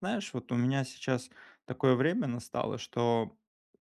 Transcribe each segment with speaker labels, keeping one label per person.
Speaker 1: Знаешь, вот у меня сейчас такое время настало, что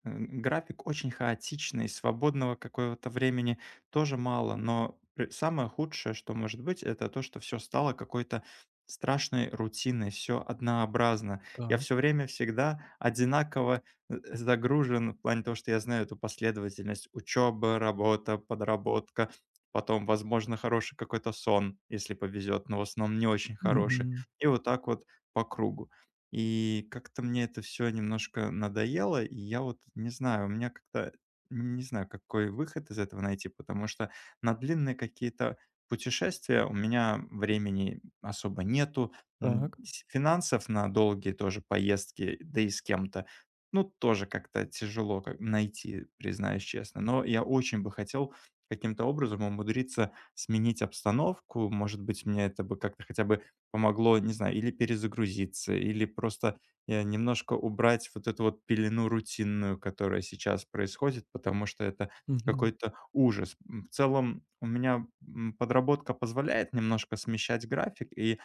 Speaker 1: график очень хаотичный, свободного какого-то времени тоже мало, но самое худшее, что может быть, это то, что все стало какой-то страшной рутиной, все однообразно. Я
Speaker 2: Так.
Speaker 1: все время всегда одинаково загружен в плане того, что я знаю эту последовательность учеба, работа, подработка, потом, возможно, хороший какой-то сон, если повезет, но в основном не очень хороший.
Speaker 2: Мгм.
Speaker 1: И вот так вот по кругу. И как-то мне это все немножко надоело, и я вот не знаю, у меня как-то не знаю, какой выход из этого найти, потому что на длинные какие-то путешествия у меня времени особо нету,
Speaker 2: Так.
Speaker 1: с финансов на долгие тоже поездки, да и с кем-то, ну, тоже как-то тяжело как найти, признаюсь честно. Но я очень бы хотел каким-то образом умудриться сменить обстановку. Может быть, мне это бы как-то хотя бы помогло, не знаю, или перезагрузиться, или просто, немножко убрать вот эту вот пелену рутинную, которая сейчас происходит, потому что это
Speaker 2: Мгм.
Speaker 1: какой-то ужас. В целом у меня, подработка позволяет немножко смещать график и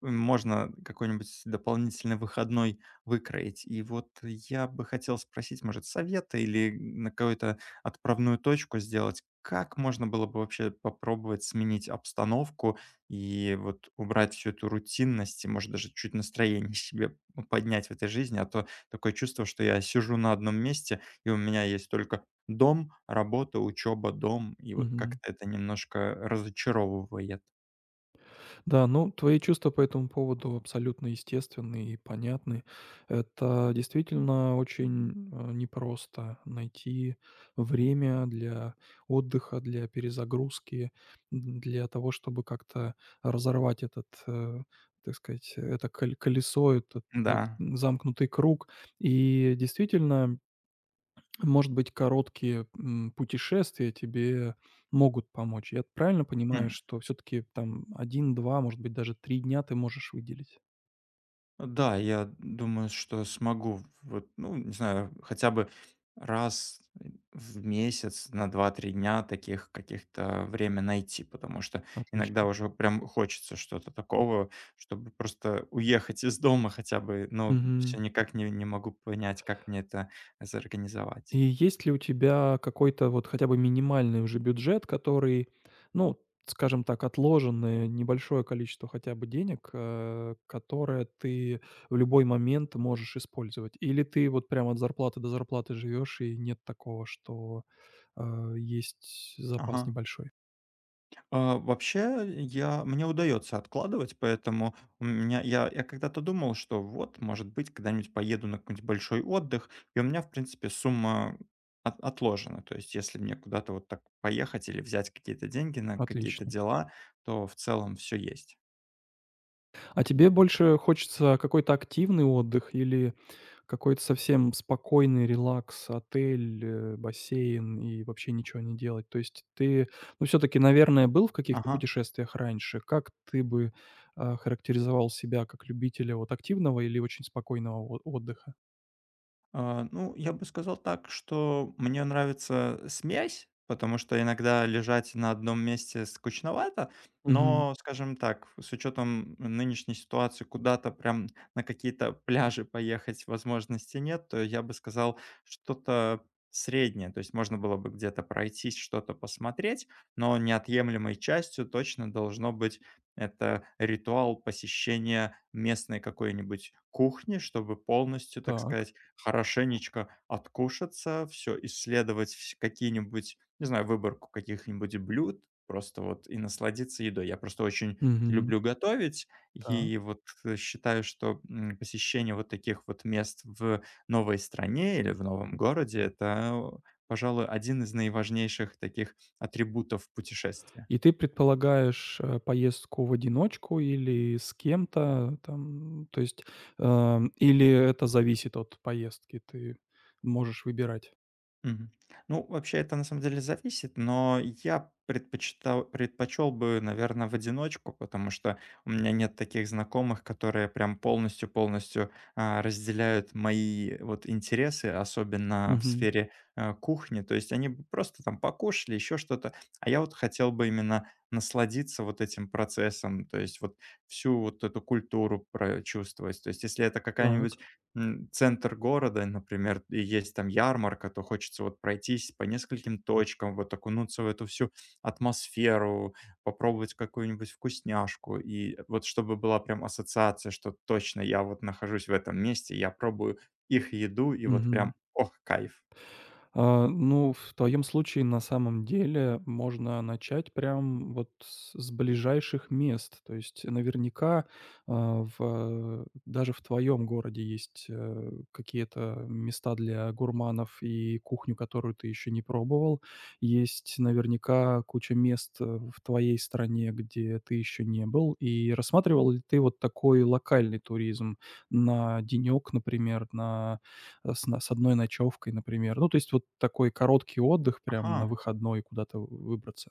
Speaker 1: можно какой-нибудь дополнительный выходной выкроить. И вот я бы хотел спросить, может, совета или на какую-то отправную точку сделать. Как можно было бы вообще попробовать сменить обстановку и вот убрать всю эту рутинность, и, может, даже чуть настроение себе поднять в этой жизни, а то такое чувство, что я сижу на одном месте, и у меня есть только дом, работа, учеба, дом, и вот
Speaker 2: Мгм.
Speaker 1: как-то это немножко разочаровывает.
Speaker 2: Да, ну, твои чувства по этому поводу абсолютно естественны и понятны. Это действительно очень, непросто найти время для отдыха, для перезагрузки, н для того, чтобы как-то разорвать этот, так сказать, это коль колесо, этот,
Speaker 1: Да.
Speaker 2: замкнутый круг. И действительно, может быть, короткие, путешествия тебе могут помочь. Я правильно понимаю,
Speaker 1: М.
Speaker 2: что все таки там один, два, может быть, даже 3 дня ты можешь выделить?
Speaker 1: Да, я думаю, что смогу, вот, ну, не знаю, хотя бы раз в месяц на два-три дня таких каких-то время найти, потому что иногда
Speaker 2: Отлично.
Speaker 1: уже прям хочется что-то такого, чтобы просто уехать из дома хотя бы, но
Speaker 2: Мгм.
Speaker 1: все никак не могу понять, как мне это
Speaker 2: И
Speaker 1: организовать.
Speaker 2: есть ли у тебя какой-то вот хотя бы минимальный уже бюджет, который, ну, скажем так, отложенное небольшое количество хотя бы денег, которое ты в любой момент можешь использовать? Или ты вот прямо от зарплаты до зарплаты живешь и нет такого, что, есть запас
Speaker 1: Ага.
Speaker 2: небольшой?
Speaker 1: А, вообще, я мне удается откладывать, поэтому у меня я когда-то думал, что вот, может быть, когда-нибудь поеду на какой-нибудь большой отдых, и у меня, в принципе, сумма от отложена. То есть, если мне куда-то вот так поехать или взять какие-то деньги на какие-то
Speaker 2: Отлично.
Speaker 1: дела, то в целом все есть.
Speaker 2: А тебе больше хочется какой-то активный отдых или какой-то совсем спокойный релакс, отель, бассейн и вообще ничего не делать? То есть ты, ну, все-таки, наверное, был в каких-то
Speaker 1: Ага.
Speaker 2: путешествиях раньше. Как ты бы характеризовал себя как любителя вот активного или очень спокойного отдыха?
Speaker 1: А, ну, я бы сказал так, что мне нравится смесь, потому что иногда лежать на одном месте скучновато,
Speaker 2: Мгм.
Speaker 1: но, скажем так, с учетом нынешней ситуации куда-то прям на какие-то пляжи поехать возможности нет, то я бы сказал что-то среднее, то есть можно было бы где-то пройтись, что-то посмотреть, но неотъемлемой частью точно должно быть это ритуал посещения местной какой-нибудь кухни, чтобы полностью, так
Speaker 2: Так.
Speaker 1: сказать, хорошенечко откушаться, все исследовать, вс какие-нибудь, не знаю, выборку каких-нибудь блюд, просто вот и насладиться едой. Я просто очень
Speaker 2: Мгм.
Speaker 1: люблю готовить
Speaker 2: Так.
Speaker 1: и вот, считаю, что, посещение вот таких вот мест в новой стране или в новом городе- это, пожалуй, один из наиважнейших таких атрибутов путешествия.
Speaker 2: И ты предполагаешь, поездку в одиночку или с кем-то там, то есть, или это зависит от поездки? Ты можешь выбирать?
Speaker 1: Мгм. Ну, вообще это на самом деле зависит, но я предпочитал, предпочел бы, наверное, в одиночку, потому что у меня нет таких знакомых, которые прям полностью-полностью разделяют мои вот интересы, особенно в
Speaker 2: Мгм.
Speaker 1: сфере кухни. То есть они бы просто там покушали, еще что-то, а я вот хотел бы именно насладиться вот этим процессом, то есть вот всю вот эту культуру прочувствовать. То есть если это какая-нибудь
Speaker 2: Так.
Speaker 1: Центр города, например, и есть там ярмарка, то хочется вот пройтись по нескольким точкам, вот окунуться в эту всю атмосферу, попробовать какую-нибудь вкусняшку. И вот чтобы была прям ассоциация, что точно я вот нахожусь в этом месте, я пробую их еду, и вот прям, ох, кайф.
Speaker 2: А, ну, в твоем случае, на самом деле, можно начать прям вот с ближайших мест. То есть наверняка, а, в даже в твоем городе есть, какие-то места для гурманов и кухню, которую ты еще не пробовал. Есть наверняка куча мест, в твоей стране, где ты еще не был. И рассматривал ли ты вот такой локальный туризм на денек, например, на э, с на с одной ночевкой, например. Ну, то есть вот такой короткий отдых прям на
Speaker 1: Ага.
Speaker 2: выходной куда-то выбраться.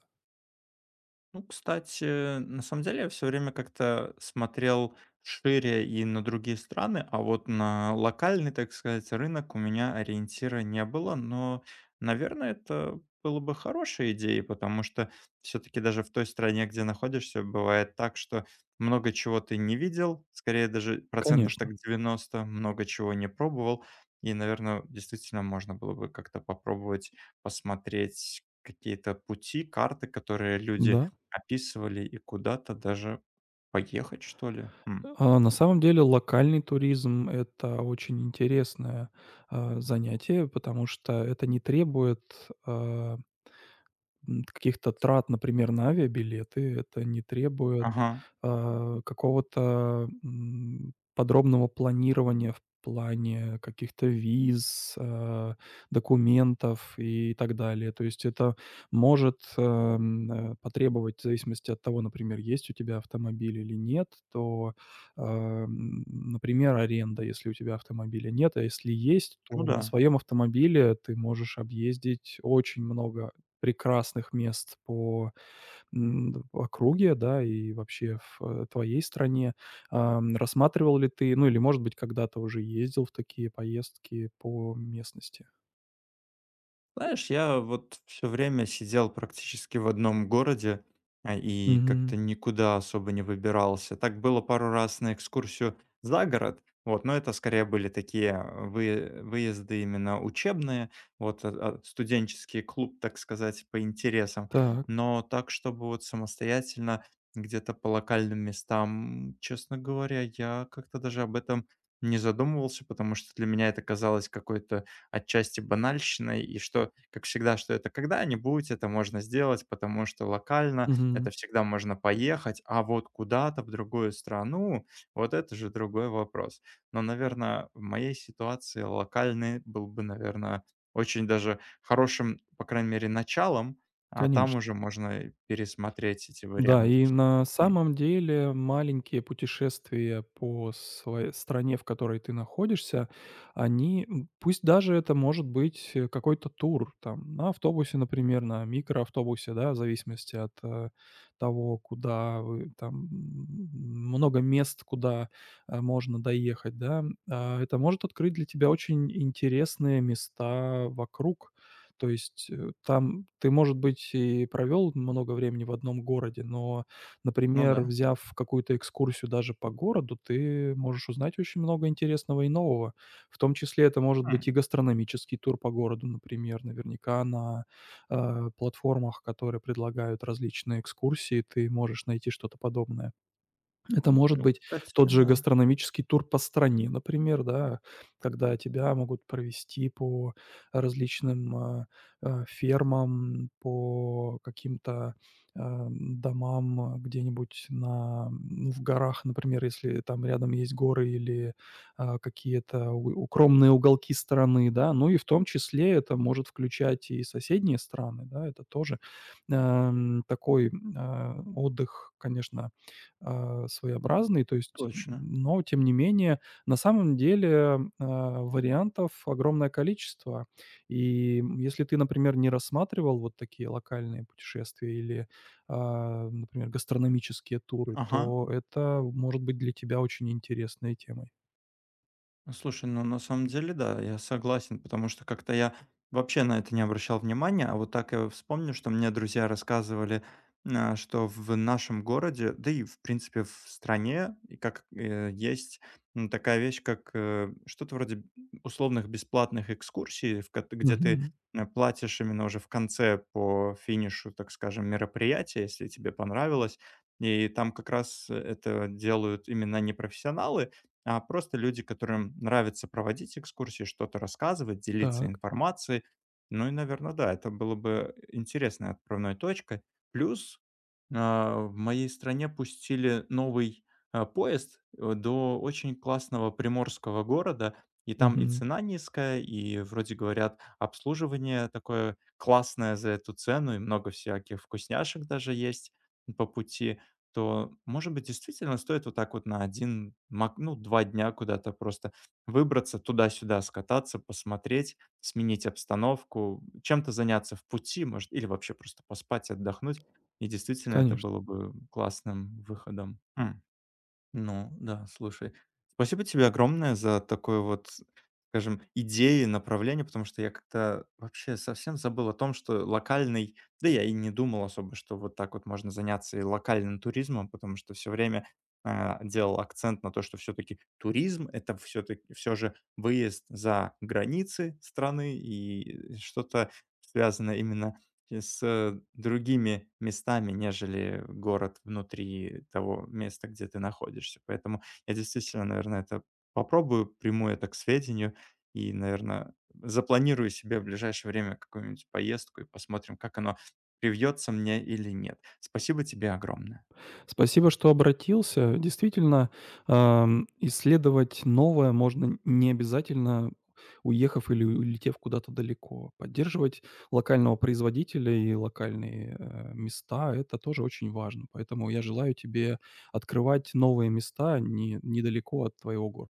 Speaker 1: Ну, кстати, на самом деле я все время как-то смотрел шире и на другие страны, а вот на локальный, так сказать, рынок у меня ориентира не было. Но, наверное, это было бы хорошей идеей, потому что все таки даже в той стране, где находишься, бывает так, что много чего ты не видел, скорее даже процентов
Speaker 2: Конечно,
Speaker 1: так 90 много чего не пробовал. И, наверное, действительно можно было бы как-то попробовать посмотреть какие-то пути, карты, которые люди
Speaker 2: да.
Speaker 1: описывали и куда-то даже поехать, что ли? Хм.
Speaker 2: А, на самом деле локальный туризм- это очень интересное, занятие, потому что это не требует, каких-то трат, например, на авиабилеты. Это не требует,
Speaker 1: Ага,
Speaker 2: какого-то, подробного планирования в плане каких-то виз, документов и так далее. То есть это может, потребовать, в зависимости от того, например, есть у тебя автомобиль или нет, то, например, аренда, если у тебя автомобиля нет, а если есть,
Speaker 1: ну
Speaker 2: то
Speaker 1: да.
Speaker 2: на своем автомобиле ты можешь объездить очень много прекрасных мест по, м, округе, да, и вообще в, твоей стране. Рассматривал ли ты, ну, или, может быть, когда-то уже ездил в такие поездки по местности?
Speaker 1: Знаешь, я вот все время сидел практически в одном городе и
Speaker 2: Мгм.
Speaker 1: как-то никуда особо не выбирался. Так было пару раз на экскурсию за город, вот, но это скорее были такие выезды именно учебные, вот, студенческий клуб, так сказать, по интересам.
Speaker 2: Так.
Speaker 1: Но так, чтобы вот самостоятельно где-то по локальным местам, честно говоря, я как-то даже об этом не задумывался, потому что для меня это казалось какой-то отчасти банальщиной, и что, как всегда, что это когда-нибудь, это можно сделать, потому что локально это
Speaker 2: Мгм.
Speaker 1: всегда можно поехать, а вот куда-то в другую страну, вот это же другой вопрос. Но, наверное, в моей ситуации локальный был бы, наверное, очень даже хорошим, по крайней мере, началом, а там
Speaker 2: Конечно.
Speaker 1: уже можно и пересмотреть эти
Speaker 2: Да,
Speaker 1: варианты.
Speaker 2: и на
Speaker 1: М,
Speaker 2: самом деле маленькие путешествия по своей стране, в которой ты находишься, они, пусть даже это может быть какой-то тур, там, на автобусе, например, на микроавтобусе, да, в зависимости от того, куда вы, там, много мест, куда можно доехать, да, это может открыть для тебя очень интересные места вокруг. То есть там ты, может быть, и провел много времени в одном городе, но,
Speaker 1: ну
Speaker 2: например,
Speaker 1: да.
Speaker 2: взяв какую-то экскурсию даже по городу, ты можешь узнать очень много интересного и нового. В том числе это может быть
Speaker 1: М,
Speaker 2: и гастрономический тур по городу, например. Наверняка на, платформах, которые предлагают различные экскурсии, ты можешь найти что-то подобное. Это может
Speaker 1: ну,
Speaker 2: быть
Speaker 1: кстати,
Speaker 2: тот же
Speaker 1: да,
Speaker 2: гастрономический тур по стране, например, да, когда тебя могут провести по различным, фермам, по каким-то, домам, где-нибудь на, ну, в горах, например, если там рядом есть горы или, какие-то у укромные уголки страны, да. Ну и в том числе это может включать и соседние страны, да. Это тоже, такой, отдых, конечно, своеобразный, то есть,
Speaker 1: точно.
Speaker 2: но тем не менее, на самом деле, вариантов огромное количество. И, если ты, например, не рассматривал вот такие локальные путешествия или, например, гастрономические туры,
Speaker 1: Ага.
Speaker 2: то это может быть для тебя очень интересной темой.
Speaker 1: Ну, слушай, ну на самом деле, да, я согласен, потому что как-то я вообще на это не обращал внимания, а вот так я вспомню, что мне друзья рассказывали, а, что в нашем городе, да и в принципе в стране, и как есть такая вещь, как что-то вроде условных бесплатных экскурсий, где ты
Speaker 2: Мгм.
Speaker 1: платишь именно уже в конце по финишу, так скажем, мероприятия, если тебе понравилось. И там как раз это делают именно не профессионалы, а просто люди, которым нравится проводить экскурсии, что-то рассказывать, делиться
Speaker 2: Так.
Speaker 1: информацией. Ну и, наверное, да, это было бы интересной отправной точкой. Плюс в моей стране пустили новый поезд до очень классного приморского города, и там и
Speaker 2: Мгм.
Speaker 1: цена низкая, и, вроде говорят, обслуживание такое классное за эту цену, и много всяких вкусняшек даже есть по пути то, может быть, действительно стоит вот так вот на один, мак ну, 2 дня куда-то просто выбраться, туда-сюда скататься, посмотреть, сменить обстановку, чем-то заняться в пути, может, или вообще просто поспать, отдохнуть. И действительно это
Speaker 2: Конечно.
Speaker 1: было бы классным выходом. Ну да, слушай. Спасибо тебе огромное за такой вот, скажем, идеи, направление, потому что я как-то вообще совсем забыл о том, что локальный, да я и не думал особо, что вот так вот можно заняться и локальным туризмом, потому что все время делал акцент на то, что все-таки туризм это все-таки все же выезд за границы страны и что-то связано именно и с, другими местами, нежели город внутри того места, где ты находишься. Поэтому я действительно, наверное, это попробую, приму это к сведению и, наверное, запланирую себе в ближайшее время какую-нибудь поездку и посмотрим, как оно привьется мне или нет. Спасибо тебе огромное.
Speaker 2: Спасибо, что обратился. Действительно, исследовать новое можно не обязательно, уехав или улетев куда-то далеко. Поддерживать локального производителя и локальные места- это тоже очень важно. Поэтому я желаю тебе открывать новые места не недалеко от твоего города.